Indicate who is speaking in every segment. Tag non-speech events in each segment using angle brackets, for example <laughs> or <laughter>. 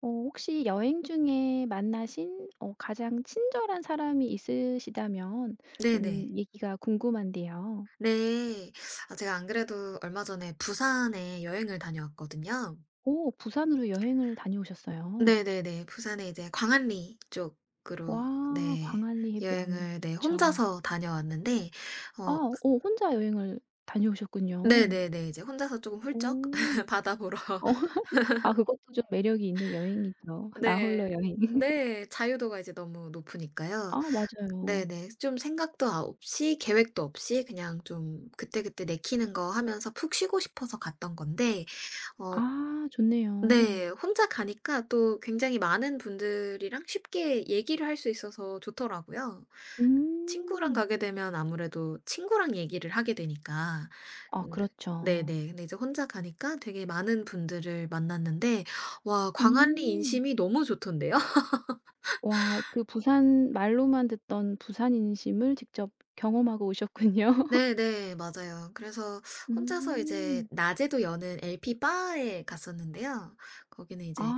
Speaker 1: 어 혹시 여행 중에 만나신 어 가장 친절한 사람이 있으시다면 좀
Speaker 2: 네네.
Speaker 1: 얘기가 궁금한데요.
Speaker 2: 네. 아 제가 안 그래도 얼마 전에 부산에 여행을 다녀왔거든요.
Speaker 1: 오, 부산으로 여행을 다녀오셨어요.
Speaker 2: 네네네. 부산에 이제 광안리 쪽으로.
Speaker 1: 와,
Speaker 2: 네.
Speaker 1: 광안리 해변
Speaker 2: 여행을 네
Speaker 1: 좋죠.
Speaker 2: 혼자서 다녀왔는데.
Speaker 1: 아,
Speaker 2: 어
Speaker 1: 오 혼자 여행을 다녀오셨군요.
Speaker 2: 네네네. 이제 혼자서 조금 훌쩍
Speaker 1: 오.
Speaker 2: <laughs> 바다 보러.
Speaker 1: 어 <laughs> 아, 그것도 좀 매력이 있는 여행이죠. <laughs> 나
Speaker 2: 네.
Speaker 1: 홀로 여행. <laughs>
Speaker 2: 네. 자유도가 이제 너무 높으니까요.
Speaker 1: 아, 맞아요.
Speaker 2: 네네. 좀 생각도 아 없이 계획도 없이 그냥 좀 그때그때 내키는 거 하면서 푹 쉬고 싶어서 갔던 건데. 어
Speaker 1: 아, 좋네요.
Speaker 2: 네. 혼자 가니까 또 굉장히 많은 분들이랑 쉽게 얘기를 할 수 있어서 좋더라고요. 친구랑
Speaker 1: 음.
Speaker 2: 가게 되면 아무래도 친구랑 얘기를 하게 되니까.
Speaker 1: 아,
Speaker 2: 근데
Speaker 1: 그렇죠.
Speaker 2: 네네. 근데 이제 혼자 가니까 되게 많은 분들을 만났는데, 와 광안리
Speaker 1: 음.
Speaker 2: 인심이 너무 좋던데요. <laughs>
Speaker 1: 와, 그 부산 말로만 듣던 부산 인심을 직접 경험하고 오셨군요. <laughs>
Speaker 2: 네네. 맞아요. 그래서 혼자서 이제
Speaker 1: 음.
Speaker 2: 낮에도 여는 LP 바에 갔었는데요. 거기는
Speaker 1: 아,
Speaker 2: 이제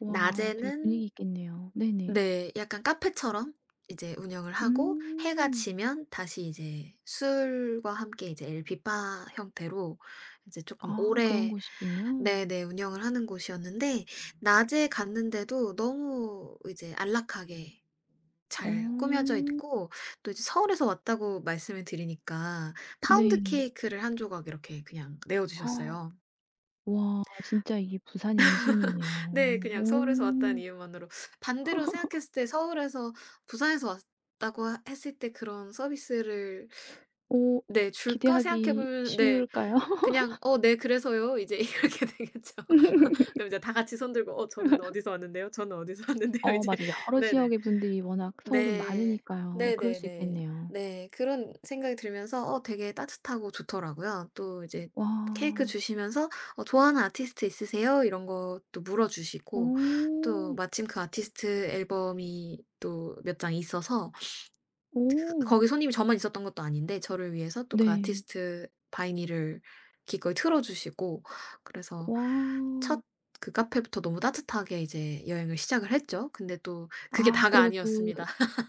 Speaker 1: 와 되게
Speaker 2: 낮에는,
Speaker 1: 분위기 있겠네요. 네네.
Speaker 2: 네, 약간 카페처럼 이제 운영을 하고, 해가
Speaker 1: 음.
Speaker 2: 지면 다시 이제 술과 함께 이제 LP바 형태로 이제 쪼끔
Speaker 1: 아, 그런
Speaker 2: 오래,
Speaker 1: 곳이군요.
Speaker 2: 네네, 운영을 하는 곳이었는데, 낮에 갔는데도 너무 이제 안락하게 잘 꾸며져
Speaker 1: 어,
Speaker 2: 있고, 또 이제 서울에서 왔다고 말씀을 드리니까 파운드
Speaker 1: 네.
Speaker 2: 케이크를 한 조각 이렇게 그냥 내어
Speaker 1: 헉,
Speaker 2: 주셨어요.
Speaker 1: 와 진짜 이게 부산 인심이네요.
Speaker 2: 네. 그냥 서울에서 왔다는
Speaker 1: 오.
Speaker 2: 이유만으로. 반대로 생각했을 때 서울에서, 부산에서 왔다고 하 했을 때 그런 서비스를
Speaker 1: 오
Speaker 2: 네 줄까 생각해
Speaker 1: 기대하기
Speaker 2: 보면, 네,
Speaker 1: 쉬울까요?
Speaker 2: 그냥 "어 네 그래서요." 이제 <laughs> 이렇게 되겠죠.
Speaker 1: <laughs>
Speaker 2: <laughs> 그럼 이제 다 같이 손 들고 "어 저는 어디서 왔는데요. 저는 어디서 왔는데요." <laughs>
Speaker 1: 어
Speaker 2: 이제
Speaker 1: 맞아. 여러
Speaker 2: 네네.
Speaker 1: 지역의 분들이 워낙 서울은
Speaker 2: 네.
Speaker 1: 많으니까요. 그럴 수
Speaker 2: 네네네.
Speaker 1: 있겠네요.
Speaker 2: 네. 그런 생각이 들면서 어 되게 따뜻하고 좋더라고요. 또 이제 케이크
Speaker 1: 와.
Speaker 2: 주시면서 "어 좋아하는 아티스트 있으세요?" 이런 것도 물어주시고, 또
Speaker 1: 오.
Speaker 2: 마침 그 아티스트 앨범이 또 몇 장 있어서
Speaker 1: 오.
Speaker 2: 거기 손님이 저만 있었던 것도 아닌데 저를 위해서 또 그
Speaker 1: 네.
Speaker 2: 아티스트 바이닐을 기꺼이 틀어 주시고, 그래서
Speaker 1: 와.
Speaker 2: 첫 그 카페부터 너무 따뜻하게 이제 여행을 시작을 했죠. 근데 또 그게
Speaker 1: 아
Speaker 2: 다가
Speaker 1: 그러면 그
Speaker 2: 아니었습니다.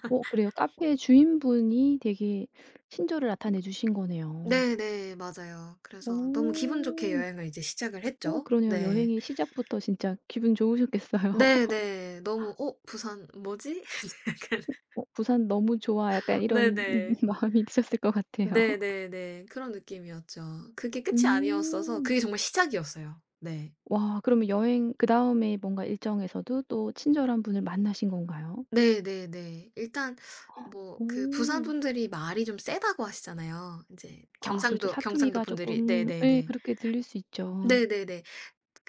Speaker 1: 어 그래요. 카페 주인분이 되게 친절을 나타내 주신 거네요.
Speaker 2: 네네. 맞아요. 그래서 너무 기분 좋게
Speaker 1: 오.
Speaker 2: 여행을 이제 시작을
Speaker 1: 오
Speaker 2: 했죠.
Speaker 1: 그러네요.
Speaker 2: 네.
Speaker 1: 여행의 시작부터 진짜 기분 좋으셨겠어요. <laughs>
Speaker 2: 네네. 너무 '어 부산 뭐지?' <laughs> 이제 약간
Speaker 1: '어 부산 너무 좋아.' 약간 이런
Speaker 2: 네네.
Speaker 1: <laughs> 마음이 드셨을 것 같아요.
Speaker 2: 네네네. 그런 느낌이었죠. 그게 끝이 아니었어서
Speaker 1: 음.
Speaker 2: 그게 정말 시작이었어요. 네.
Speaker 1: 와 그러면 여행 그다음에 뭔가 일정에서도 또 친절한 분을 만나신 건가요?
Speaker 2: 네네네. 일단 뭐 그 부산
Speaker 1: 오.
Speaker 2: 분들이 말이 좀 세다고 하시잖아요. 인제
Speaker 1: 아, 그렇죠.
Speaker 2: 경상도
Speaker 1: 사투리가
Speaker 2: 분들이.
Speaker 1: 조금 예
Speaker 2: 네네네.
Speaker 1: 그렇게 들릴 수 있죠.
Speaker 2: 네네네.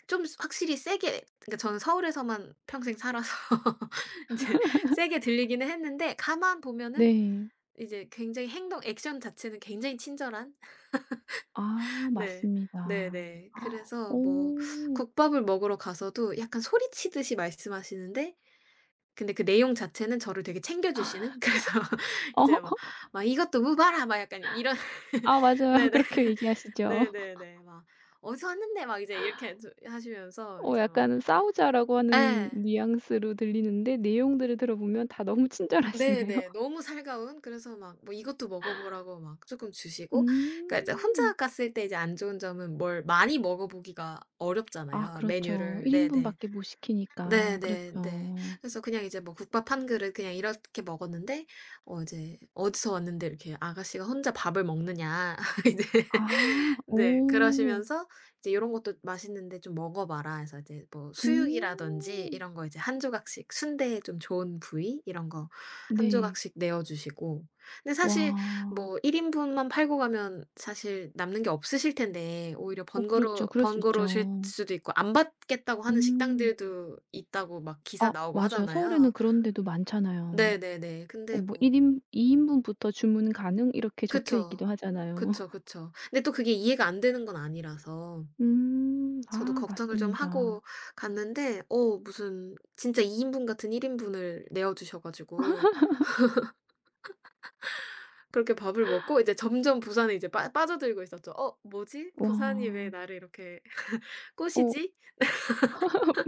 Speaker 2: 좀 확실히 세게, 그러니까 저는 서울에서만 평생 살아서 <laughs> 인제 세게 들리기는 했는데, 가만 보면은
Speaker 1: 네.
Speaker 2: 이제 굉장히 행동 액션 자체는 굉장히 친절한.
Speaker 1: 아,
Speaker 2: 네.
Speaker 1: 맞습니다.
Speaker 2: 네네. 그래서 뭐
Speaker 1: 오
Speaker 2: 국밥을 먹으러 가서도 약간 소리치듯이 말씀하시는데, 근데 그 내용 자체는 저를 되게 챙겨 주시는 <laughs> 그래서
Speaker 1: <laughs>
Speaker 2: 이제 막
Speaker 1: 어
Speaker 2: "이것도 먹어봐라." 막 약간 이런 <laughs>
Speaker 1: 아, 맞아요. <laughs>
Speaker 2: 네네.
Speaker 1: 그렇게 얘기하시죠.
Speaker 2: 네네네. 막 "어디서 왔는데." 막 이제 이렇게 저 하시면서
Speaker 1: 어
Speaker 2: 이제 막
Speaker 1: 약간 "싸우자."라고 하는
Speaker 2: 예.
Speaker 1: 뉘앙스로 들리는데 내용들을 들어보면 다 너무 친절하시네요.
Speaker 2: 네네.
Speaker 1: <laughs>
Speaker 2: 너무 살가운, 그래서 막 뭐 이것도 먹어 보라고 막 쪼끔 주시고. 그러니까 이제
Speaker 1: 음.
Speaker 2: 혼자 갔을 때 이제 안 좋은 점은 뭘 많이 먹어 보기가
Speaker 1: 아,
Speaker 2: 어렵잖아요,
Speaker 1: 그렇죠.
Speaker 2: 메뉴를.
Speaker 1: 1 인분
Speaker 2: 네네.
Speaker 1: 밖에 못 시키니까.
Speaker 2: 네네네.
Speaker 1: 그렇죠.
Speaker 2: 그래서 그냥 이제 뭐 국밥 한 그릇 그냥 이렇게 먹었는데 이제 "어디서 왔는데 이렇게 아가씨가 혼자 밥을 먹느냐." <laughs> 이제
Speaker 1: 아.
Speaker 2: 네.
Speaker 1: 오
Speaker 2: 그러시면서 이제 "요런 것도 맛있는데 좀 먹어 봐라." 해서 이제 뭐 수육이라든지
Speaker 1: 음.
Speaker 2: 이런 거 이제 한 조각씩, 순대에 좀 좋은 부위 이런 거 한
Speaker 1: 네.
Speaker 2: 조각씩 내어 주시고. 근데 사실
Speaker 1: 와.
Speaker 2: 뭐 1인분 인분만 팔고 가면 사실 남는 게 없으실 텐데, 오히려
Speaker 1: 어, 그렇죠. 그럴 수
Speaker 2: 번거로우실
Speaker 1: 있죠.
Speaker 2: 수도 있고 안 받겠다고 하는
Speaker 1: 음.
Speaker 2: 식당들도 있다고 막 기사
Speaker 1: 아,
Speaker 2: 나오고
Speaker 1: 맞아요.
Speaker 2: 하잖아요.
Speaker 1: 서울에는 그런 데도 많잖아요.
Speaker 2: 네네네.
Speaker 1: 어
Speaker 2: 근데
Speaker 1: 뭐
Speaker 2: 뭐
Speaker 1: 일인2 인분부터 주문 가능 이렇게 적혀
Speaker 2: 그쵸.
Speaker 1: 있기도 하잖아요.
Speaker 2: 그쵸,
Speaker 1: <laughs>
Speaker 2: 그쵸. 근데 또 그게 이해가 안 되는 건 아니라서 저도
Speaker 1: 아,
Speaker 2: 걱정을 좀 하고
Speaker 1: 맞습니다.
Speaker 2: 갔는데, 어 무슨 진짜 2인분 인분 같은 1인분 인분을 내어 주셔 가지고 그렇게 밥을 먹고 이제 점점 부산에 이제 빠 빠져들고 있었죠. '어 뭐지?
Speaker 1: 와.
Speaker 2: 부산이 왜 나를 이렇게 <laughs>
Speaker 1: 어
Speaker 2: 꼬시지?'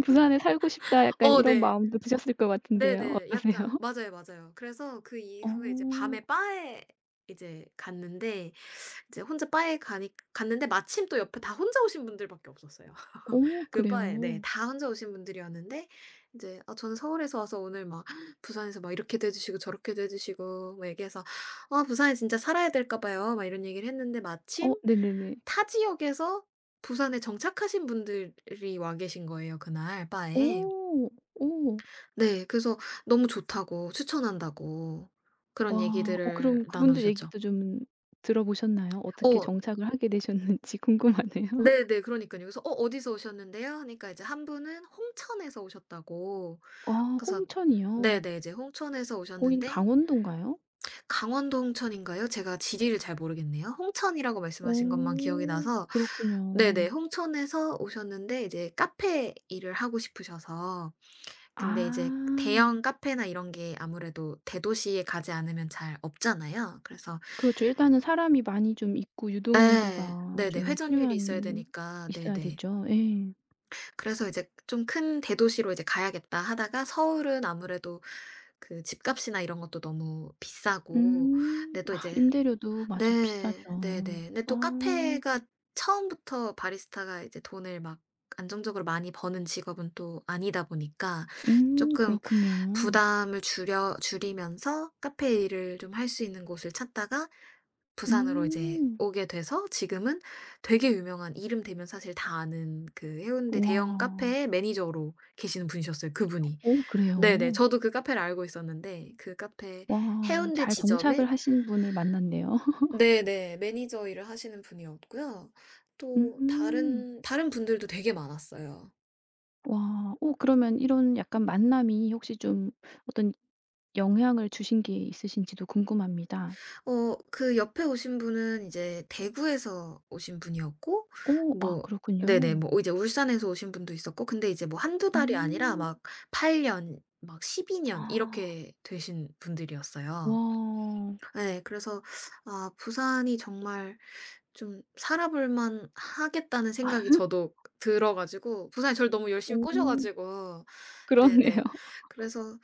Speaker 1: '부산에 살고 싶다.' 약간 이런
Speaker 2: 네.
Speaker 1: 마음도 드셨을 것 같은데요.
Speaker 2: 네네.
Speaker 1: 어떠세요?
Speaker 2: 약간 맞아요, 맞아요. 그래서 그
Speaker 1: <laughs> 어.
Speaker 2: 이후에 이제 밤에 바에 이제 갔는데, 이제 혼자 바에 가니 갔는데 마침 또 옆에 다 혼자 오신 분들밖에 없었어요.
Speaker 1: 오
Speaker 2: 그 바에 네
Speaker 1: 그래요?
Speaker 2: 다 혼자 오신 분들이었는데, 인제 아 저는 서울에서 와서 오늘 막 <gasps> 부산에서 막 이렇게도 해 주시고 저렇게도 해 주시고 막 얘기해서 "아 부산에 진짜 살아야 될까 봐요." 막 이런 얘기를 했는데,
Speaker 1: 어
Speaker 2: 마침
Speaker 1: 네네네.
Speaker 2: 타 지역에서 부산에 정착하신 분들이 와 계신 거예요 그날 바에.
Speaker 1: 오. 오.
Speaker 2: 네. 그래서 너무 좋다고 추천한다고 그런
Speaker 1: 와. 어
Speaker 2: 얘기들을
Speaker 1: 그럼
Speaker 2: 나눠
Speaker 1: 그분들
Speaker 2: 주셨죠.
Speaker 1: 얘기도 좀 들어보셨나요? 어떻게
Speaker 2: 어
Speaker 1: 정착을 하게 되셨는지 궁금하네요. <laughs>
Speaker 2: 네네 그러니깐요. 그래서 "어 어디서 오셨는데요?" 하니까 이제 한 분은 "홍천에서 오셨다."고.
Speaker 1: 아
Speaker 2: 그래서
Speaker 1: 홍천이요?
Speaker 2: 네네. 이제 홍천에서
Speaker 1: 거긴
Speaker 2: 오셨는데,
Speaker 1: 강원도인가요?
Speaker 2: 강원도 홍천인가요? 제가 지리를 잘 모르겠네요. 홍천이라고 말씀하신 것만 기억이
Speaker 1: 오
Speaker 2: 나서. 네네.
Speaker 1: 그렇군요.
Speaker 2: 홍천에서 오셨는데 이제 카페 일을 하고 싶으셔서, 근데
Speaker 1: 아.
Speaker 2: 이제 대형 카페나 이런 게 아무래도 대도시에 가지 않으면 잘 없잖아요. 그래서
Speaker 1: 그렇죠. 일단은 사람이 많이 좀 있고
Speaker 2: 예.
Speaker 1: 유동인구가
Speaker 2: 네네.
Speaker 1: 좀
Speaker 2: 회전율이 있어야
Speaker 1: 필요한
Speaker 2: 되니까
Speaker 1: 있어야
Speaker 2: 네네.
Speaker 1: 되죠. 예.
Speaker 2: 그래서 이제 좀 큰 대도시로 이제 가야겠다 하다가, 서울은 아무래도 그 집값이나 이런 것도 너무 비싸고.
Speaker 1: 음.
Speaker 2: 근데 또
Speaker 1: 아,
Speaker 2: 이제
Speaker 1: 임대료도 맞아
Speaker 2: 네. 네네.
Speaker 1: 비싸죠.
Speaker 2: 근데 또
Speaker 1: 아.
Speaker 2: 카페가 처음부터 바리스타가 이제 돈을 막 안정적으로 많이 버는 직업은 또 아니다 보니까 쪼끔
Speaker 1: 그렇군요.
Speaker 2: 부담을 줄여 줄이면서 카페 일을 좀 할 수 있는 곳을 찾다가 부산으로 이제
Speaker 1: 음.
Speaker 2: 오게 돼서, 지금은 되게 유명한 이름 되면 사실 다 아는 그 해운대 대형
Speaker 1: 와.
Speaker 2: 카페의 매니저로 계시는 분이셨어요, 그분이.
Speaker 1: 어
Speaker 2: 네네.
Speaker 1: 그래요?
Speaker 2: 저도 그 카페를 알고 있었는데, 그 카페
Speaker 1: 와
Speaker 2: 해운대
Speaker 1: 잘
Speaker 2: 지점에
Speaker 1: 정착을 하신 분을 만났네요.
Speaker 2: 네네 매니저 일을 하시는 분이었고요.
Speaker 1: <laughs>
Speaker 2: 또
Speaker 1: 음.
Speaker 2: 다른 분들도 되게 많았어요.
Speaker 1: 와. 어 그러면 이런 약간 만남이 혹시 좀 어떤 영향을 주신 게 있으신지도 궁금합니다.
Speaker 2: 어 그 옆에 오신 분은 이제 대구에서 오신 분이었고,
Speaker 1: 오 아
Speaker 2: 뭐 네네.
Speaker 1: 그렇군요.
Speaker 2: 뭐 이제 울산에서 오신 분도 있었고. 근데 이제 뭐 한두 달이 아니라
Speaker 1: 음.
Speaker 2: 막 8년 막 12년
Speaker 1: 아.
Speaker 2: 이렇게 되신 분들이었어요.
Speaker 1: 와.
Speaker 2: 예. 그래서 아 부산이 정말 좀 살아 볼 만하겠다는 생각이 저도 들어 가지고, 부산이 저를 너무 열심히 꼬셔
Speaker 1: 오.
Speaker 2: 가지고
Speaker 1: 그렇네요.
Speaker 2: 네네. 그래서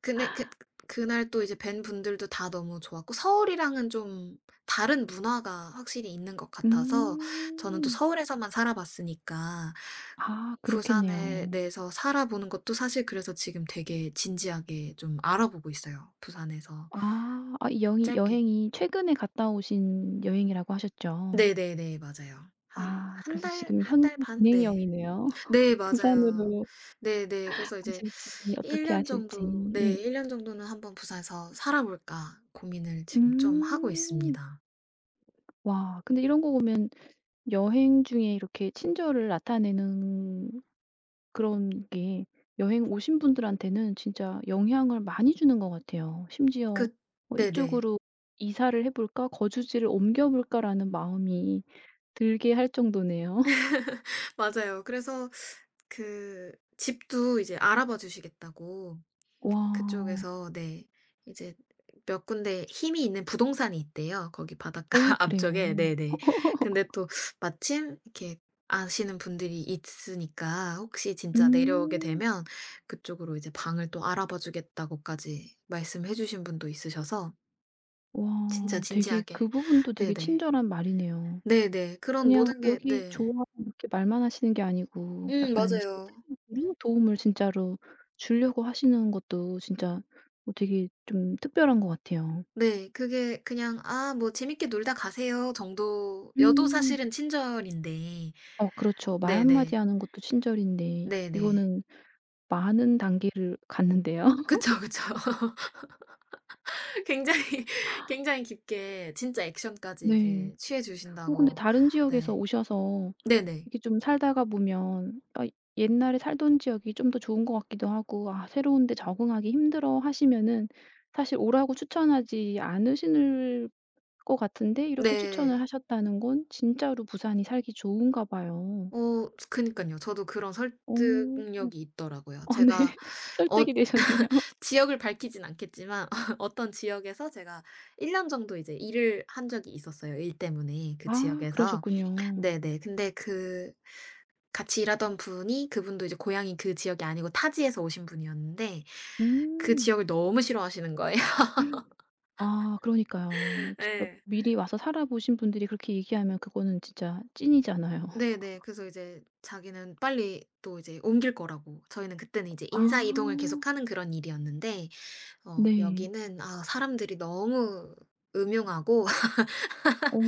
Speaker 2: 근데 그 그날 또 이제 뵌 분들도 다 너무 좋았고, 서울이랑은 좀 다른 문화가 확실히 있는 것
Speaker 1: <laughs>
Speaker 2: 같아서. 저는 또
Speaker 1: 음.
Speaker 2: 서울에서만 살아 봤으니까
Speaker 1: 아,
Speaker 2: 부산에
Speaker 1: 그렇겠네요.
Speaker 2: 해서 살아보는 것도 사실, 그래서 지금 되게 진지하게 좀 알아보고 있어요, 부산에서
Speaker 1: 아. 아 이 영이
Speaker 2: 짧게.
Speaker 1: 여행이 최근에 갔다 오신 여행이라고 하셨죠?
Speaker 2: 네네네. 맞아요. 한
Speaker 1: 아
Speaker 2: 한
Speaker 1: 그래서
Speaker 2: 달,
Speaker 1: 지금
Speaker 2: 한
Speaker 1: 현
Speaker 2: 달 반? 네.
Speaker 1: 진행형이네요. <laughs>
Speaker 2: 네 맞아요.
Speaker 1: 부산으로
Speaker 2: 네네. 그래서 이제
Speaker 1: 가실지
Speaker 2: 1년
Speaker 1: 어떻게
Speaker 2: 년
Speaker 1: 하실지.
Speaker 2: 정도,
Speaker 1: 네.
Speaker 2: 네, 일 년 정도는 한번 부산에서 살아 볼까 고민을 지금 좀 하고
Speaker 1: 음.
Speaker 2: 있습니다.
Speaker 1: 와 근데 이런 거 보면 여행 중에 이렇게 친절을 나타내는 그런 게 여행 오신 분들한테는 진짜 영향을 많이 주는 것 같아요. 심지어
Speaker 2: 그
Speaker 1: 뭐
Speaker 2: 네네.
Speaker 1: '이쪽으로 이사를 해 볼까? 거주지를 옮겨 볼까?'라는 마음이 들게 할 정도네요. <laughs>
Speaker 2: <laughs> 맞아요. 그래서 그 집도 이제 알아봐 주시겠다고
Speaker 1: 와.
Speaker 2: 그쪽에서. 네. 이제 몇 군데 힘이 있는 부동산이 있대요, 거기 바닷가
Speaker 1: 오
Speaker 2: <laughs> 앞쪽에.
Speaker 1: 그래요.
Speaker 2: 네네. 근데 또 마침 이렇게 아시는 분들이 있으니까 혹시 진짜 내려오게
Speaker 1: 음.
Speaker 2: 되면 그쪽으로 이제 방을 또 알아봐 주겠다고까지 말씀해 주신 분도 있으셔서 진짜
Speaker 1: 와 되게
Speaker 2: 진지하게.
Speaker 1: 그 부분도 되게
Speaker 2: 네네.
Speaker 1: 친절한 말이네요.
Speaker 2: 네네. 그런
Speaker 1: 그냥
Speaker 2: 모든 게
Speaker 1: "여기
Speaker 2: 네.
Speaker 1: 좋아." 이렇게 말만 하시는 게 아니고 약간
Speaker 2: 맞아요.
Speaker 1: 실제적으로 도움을 진짜로 주려고 하시는 것도 진짜 뭐 되게 좀 특별한 것 같아요.
Speaker 2: 네. 그게 그냥 '아 뭐 재밌게 놀다 가세요.' 정도여도
Speaker 1: 음.
Speaker 2: 사실은 친절인데.
Speaker 1: 어, 그렇죠. 말 한마디
Speaker 2: 네네.
Speaker 1: 하는 것도 친절인데
Speaker 2: 네네.
Speaker 1: 이거는 많은 단계를 갔는데요. <laughs>
Speaker 2: 그쵸, 그쵸. <laughs> 굉장히 굉장히 깊게 진짜 액션까지
Speaker 1: 네.
Speaker 2: 이제 취해
Speaker 1: 어 근데
Speaker 2: 주신다고.
Speaker 1: 다른 지역에서
Speaker 2: 네.
Speaker 1: 오셔서
Speaker 2: 네네.
Speaker 1: 이렇게 좀 살다가 보면 아 옛날에 살던 지역이 좀 더 좋은 것 같기도 하고 아 새로운 데 적응하기 힘들어 하시면은 사실 오라고 추천하지 않으실 것 같은데 이렇게 추천을
Speaker 2: 네.
Speaker 1: 하셨다는 건 진짜로 부산이 살기 좋은가 봐요.
Speaker 2: 어 그니까요 저도 그런
Speaker 1: 어.
Speaker 2: 설득력이 있더라고요.
Speaker 1: 어 네.
Speaker 2: 제가
Speaker 1: <laughs>
Speaker 2: 어
Speaker 1: 설득이 되셨네요.
Speaker 2: 지역을 밝히진 않겠지만 <laughs> 어떤 지역에서 제가 1년 정도 이제 일을 한 적이 있었어요, 일 때문에 그
Speaker 1: 아
Speaker 2: 지역에서.
Speaker 1: 그러셨군요.
Speaker 2: 네네. 근데 그 같이 일하던 분이, 그분도 이제 고향이 그 지역이 아니고 타지에서 오신 분이었는데, 그
Speaker 1: 음.
Speaker 2: 지역을 너무 싫어하시는 거예요.
Speaker 1: 아 그러니까요.
Speaker 2: <laughs>
Speaker 1: 직접
Speaker 2: 예.
Speaker 1: 미리 와서 살아 보신 분들이 그렇게 얘기하면 그거는 진짜 찐이잖아요.
Speaker 2: 네네. 그래서 이제 자기는 빨리 또 이제 옮길 거라고. 저희는 그때는 이제
Speaker 1: 아
Speaker 2: 인사 이동을 계속하는 그런 일이었는데 어
Speaker 1: 네.
Speaker 2: 여기는 아 사람들이 너무 음흉하고. <laughs>
Speaker 1: 어.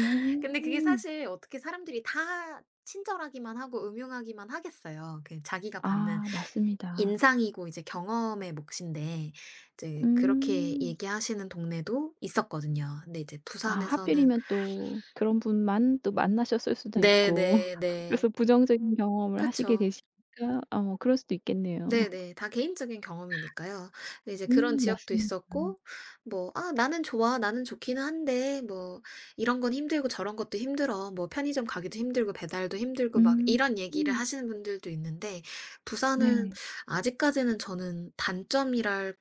Speaker 2: 근데 그게 사실 어떻게 사람들이 다 친절하기만 하고 음흉하기만 하겠어요. 그 자기가 받는
Speaker 1: 아, 맞습니다.
Speaker 2: 인상이고 이제 경험의 몫인데, 이제 그렇게
Speaker 1: 음.
Speaker 2: 얘기하시는 동네도 있었거든요. 근데 이제
Speaker 1: 아
Speaker 2: 부산에서는
Speaker 1: 하필이면 또 그런 분만 또 만나셨을 수도 있고 <laughs>
Speaker 2: 네네네.
Speaker 1: 그래서 부정적인 경험을 하시게
Speaker 2: 그쵸.
Speaker 1: 되시니까 어 그럴 수도 있겠네요.
Speaker 2: 네네. 다 개인적인 경험이니까요. 근데 이제 그런 지역도
Speaker 1: 맞습니다.
Speaker 2: 있었고, 뭐 "아 나는 좋아. 나는 좋기는 한데 뭐 이런 건 힘들고 저런 것도 힘들어. 뭐 편의점 가기도 힘들고 배달도 힘들고." 막
Speaker 1: 음.
Speaker 2: 이런 얘기를 하시는 분들도 있는데, 부산은
Speaker 1: 네.
Speaker 2: 아직까지는 저는 단점이랄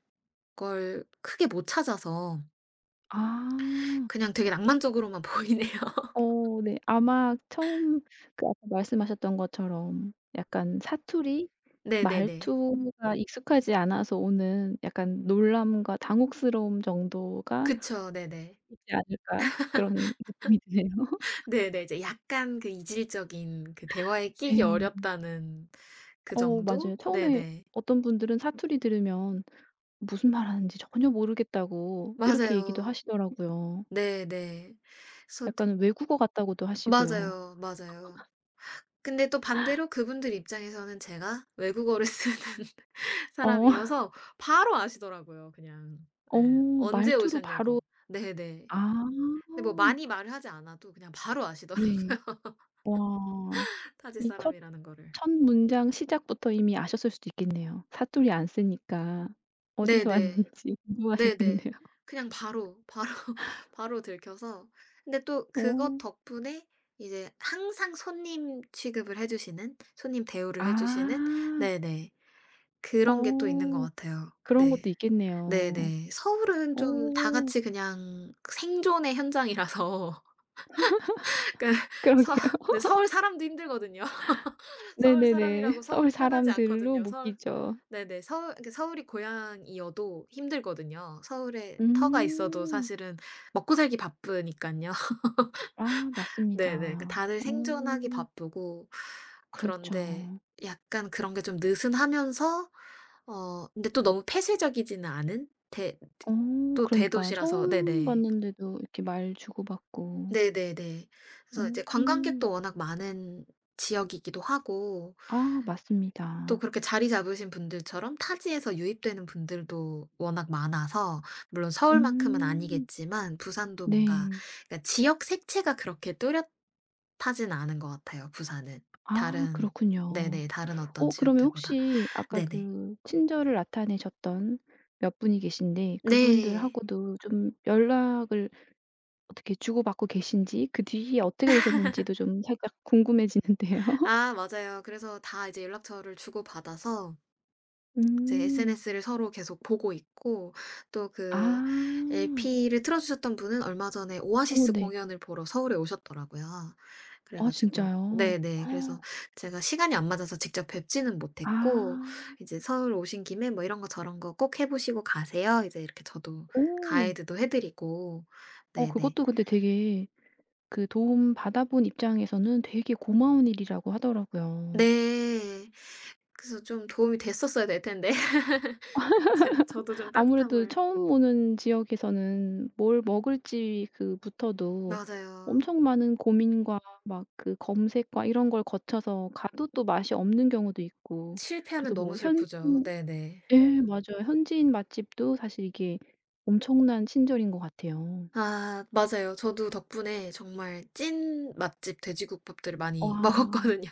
Speaker 2: 걸 크게 못 찾아서
Speaker 1: 아.
Speaker 2: 그냥 되게 낭만적으로만 보이네요. <laughs>
Speaker 1: 어 네. 아마 처음 그 아까 말씀하셨던 것처럼 약간 사투리,
Speaker 2: 네네네.
Speaker 1: 말투가 익숙하지 않아서 오는 약간 놀람과 당혹스러움 정도가
Speaker 2: 그쵸. 네네.
Speaker 1: 있지 않을까 그런 느낌이 드네요.
Speaker 2: 네네. 이제 약간 그 이질적인 그 대화에
Speaker 1: <laughs>
Speaker 2: 끼기
Speaker 1: 예.
Speaker 2: 어렵다는 그
Speaker 1: 어 맞아요.
Speaker 2: 정도?
Speaker 1: 처음에
Speaker 2: 네네.
Speaker 1: 어떤 분들은 사투리 들으면 무슨 말하는지 전혀 모르겠다고 이렇게 얘기도
Speaker 2: 맞아요.
Speaker 1: 하시더라고요.
Speaker 2: 네네. 그래서
Speaker 1: 약간 외국어 같다고도 하시고요.
Speaker 2: 맞아요, 맞아요. 근데 또 반대로 그분들 입장에서는 제가 외국어를 쓰는 <laughs>
Speaker 1: 어. <laughs>
Speaker 2: 사람이어서 바로 아시더라고요 그냥.
Speaker 1: 어
Speaker 2: 예. "언제
Speaker 1: 말투로
Speaker 2: 오셨냐."고.
Speaker 1: 바로
Speaker 2: 네네.
Speaker 1: 아.
Speaker 2: 근데 뭐 많이 말을 하지 않아도 그냥 바로 아시더라고요
Speaker 1: 네. 와.
Speaker 2: <laughs> 타지
Speaker 1: 이 첫
Speaker 2: 사람이라는 거를.
Speaker 1: 첫 문장 시작부터 이미 아셨을 수도 있겠네요. 사투리 안 쓰니까 어디서
Speaker 2: 네네.
Speaker 1: 왔는지 <laughs>
Speaker 2: 네네.
Speaker 1: 궁금하셨겠네요.
Speaker 2: 그냥 <laughs> 바로 들켜서 근데 또
Speaker 1: 어.
Speaker 2: 그것 덕분에 이제 항상 손님 취급을 해 주시는 손님 대우를 해 주시는.
Speaker 1: 아.
Speaker 2: 네네. 그런 게 또 있는 것
Speaker 1: 어.
Speaker 2: 같아요.
Speaker 1: 그런
Speaker 2: 네.
Speaker 1: 것도 있겠네요.
Speaker 2: 네네. 서울은 좀 다
Speaker 1: 어.
Speaker 2: 같이 그냥 생존의 현장이라서 <laughs> 그러니까 서
Speaker 1: 그러게요. <laughs>
Speaker 2: 네 서울 사람도 힘들거든요. 서울
Speaker 1: 네네네.
Speaker 2: 사람이라고
Speaker 1: 서울
Speaker 2: 서울이 편하지
Speaker 1: 사람들로
Speaker 2: 않거든요. 서울
Speaker 1: 묶이죠.
Speaker 2: 네네. 서울 그러니까 서울이 고향이어도 힘들거든요. 서울에 터가 있어도
Speaker 1: 음.
Speaker 2: 사실은 먹고 살기 바쁘니깐요. <laughs>
Speaker 1: 아, 맞습니다.
Speaker 2: 네네. 그러니까 다들
Speaker 1: 어.
Speaker 2: 생존하기 바쁘고
Speaker 1: 그렇죠.
Speaker 2: 그런데 약간 그런 게 좀 느슨하면서 어 근데 또 너무 폐쇄적이지는 않은 대
Speaker 1: 어
Speaker 2: 또
Speaker 1: 그러니까요.
Speaker 2: 대도시라서
Speaker 1: 처음
Speaker 2: 네네.
Speaker 1: 봤는데도 이렇게 말 주고받고.
Speaker 2: 네네네.
Speaker 1: 어.
Speaker 2: 그래서 이제 관광객도 워낙 많은 지역이기도 하고
Speaker 1: 아,
Speaker 2: 또
Speaker 1: 맞습니다.
Speaker 2: 그렇게 자리 잡으신 분들처럼 타지에서 유입되는 분들도 워낙 많아서, 물론 서울만큼은
Speaker 1: 음.
Speaker 2: 아니겠지만 부산도 뭔가
Speaker 1: 네.
Speaker 2: 그러니까 지역 색채가 그렇게 뚜렷하진 않은 것 같아요, 부산은.
Speaker 1: 아,
Speaker 2: 다른
Speaker 1: 그렇군요.
Speaker 2: 네네 다른 어떤
Speaker 1: 어 그러면
Speaker 2: 지역들보다.
Speaker 1: 혹시 아까
Speaker 2: 네네.
Speaker 1: 그 친절을 나타내셨던 몇 분이 계신데
Speaker 2: 네.
Speaker 1: 그분들하고도 좀 연락을 어떻게 주고받고 계신지 그 뒤에 어떻게 되셨는지도 좀 살짝 궁금해지는데요. <laughs>
Speaker 2: 아 맞아요. 그래서 다 이제 연락처를 주고받아서 이제
Speaker 1: 음.
Speaker 2: SNS를 서로 계속 보고 있고, 또 그
Speaker 1: 아.
Speaker 2: LP를 틀어 주셨던 분은 얼마 전에
Speaker 1: 오
Speaker 2: 오아시스
Speaker 1: 네.
Speaker 2: 공연을 보러 서울에 오셨더라고요. 그래
Speaker 1: 아
Speaker 2: 가지고
Speaker 1: 진짜요?
Speaker 2: 네네. 그래서
Speaker 1: <gasps>
Speaker 2: 제가 시간이 안 맞아서 직접 뵙지는 못했고
Speaker 1: 아.
Speaker 2: 이제 "서울 오신 김에 뭐 이런 거 저런 거 꼭 해 보시고 가세요." 이제 이렇게 저도
Speaker 1: 오.
Speaker 2: 가이드도 해 드리고.
Speaker 1: 어
Speaker 2: 네네.
Speaker 1: 그것도 근데 되게 그 도움받아 본 입장에서는 되게 고마운 일이라고 하더라고요.
Speaker 2: 네. 그래서 좀 도움이 됐었어야 될 텐데. <laughs> 제 저도 좀
Speaker 1: 아무래도
Speaker 2: 따뜻함을.
Speaker 1: 처음 오는 지역에서는 뭘 먹을지 그부터도
Speaker 2: 맞아요.
Speaker 1: 엄청 많은 고민과 막 그 검색과 이런 걸 거쳐서 가도 또 맛이 없는 경우도 있고
Speaker 2: 실패하면
Speaker 1: 그래서
Speaker 2: 너무
Speaker 1: 뭐 현
Speaker 2: 슬프죠. 네네.
Speaker 1: 예 맞아요. 현지인 맛집도 사실 이게 엄청난 친절인 것 같아요.
Speaker 2: 아 맞아요. 저도 덕분에 정말 찐 맛집 돼지국밥들을 많이 <laughs>
Speaker 1: 와.
Speaker 2: 먹었거든요.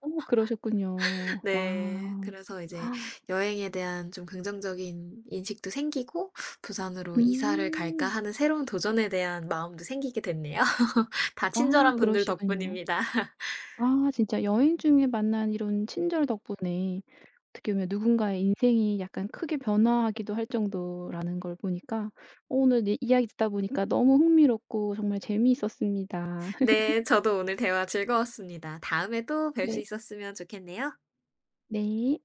Speaker 1: 어 그러셨군요. 와.
Speaker 2: 네. 그래서 이제 여행에 대한 좀 긍정적인 인식도 생기고 '부산으로 이사를 갈까.'
Speaker 1: 음.
Speaker 2: 하는 새로운 도전에 대한 마음도 생기게 됐네요. <laughs> 다
Speaker 1: 아
Speaker 2: 친절한 분들
Speaker 1: 그러시군요.
Speaker 2: 덕분입니다. <laughs>
Speaker 1: 아 진짜 여행 중에 만난 이런 친절 덕분에 어떻게 보면 누군가의 인생이 약간 크게 변화하기도 할 정도라는 걸 보니까 어 오늘 네 이야기 듣다 보니까 너무 흥미롭고 정말 재미있었습니다. <laughs>
Speaker 2: 네. 저도 오늘 대화 즐거웠습니다. 다음에 또 뵐 수
Speaker 1: 네.
Speaker 2: 있었으면 좋겠네요.
Speaker 1: 네.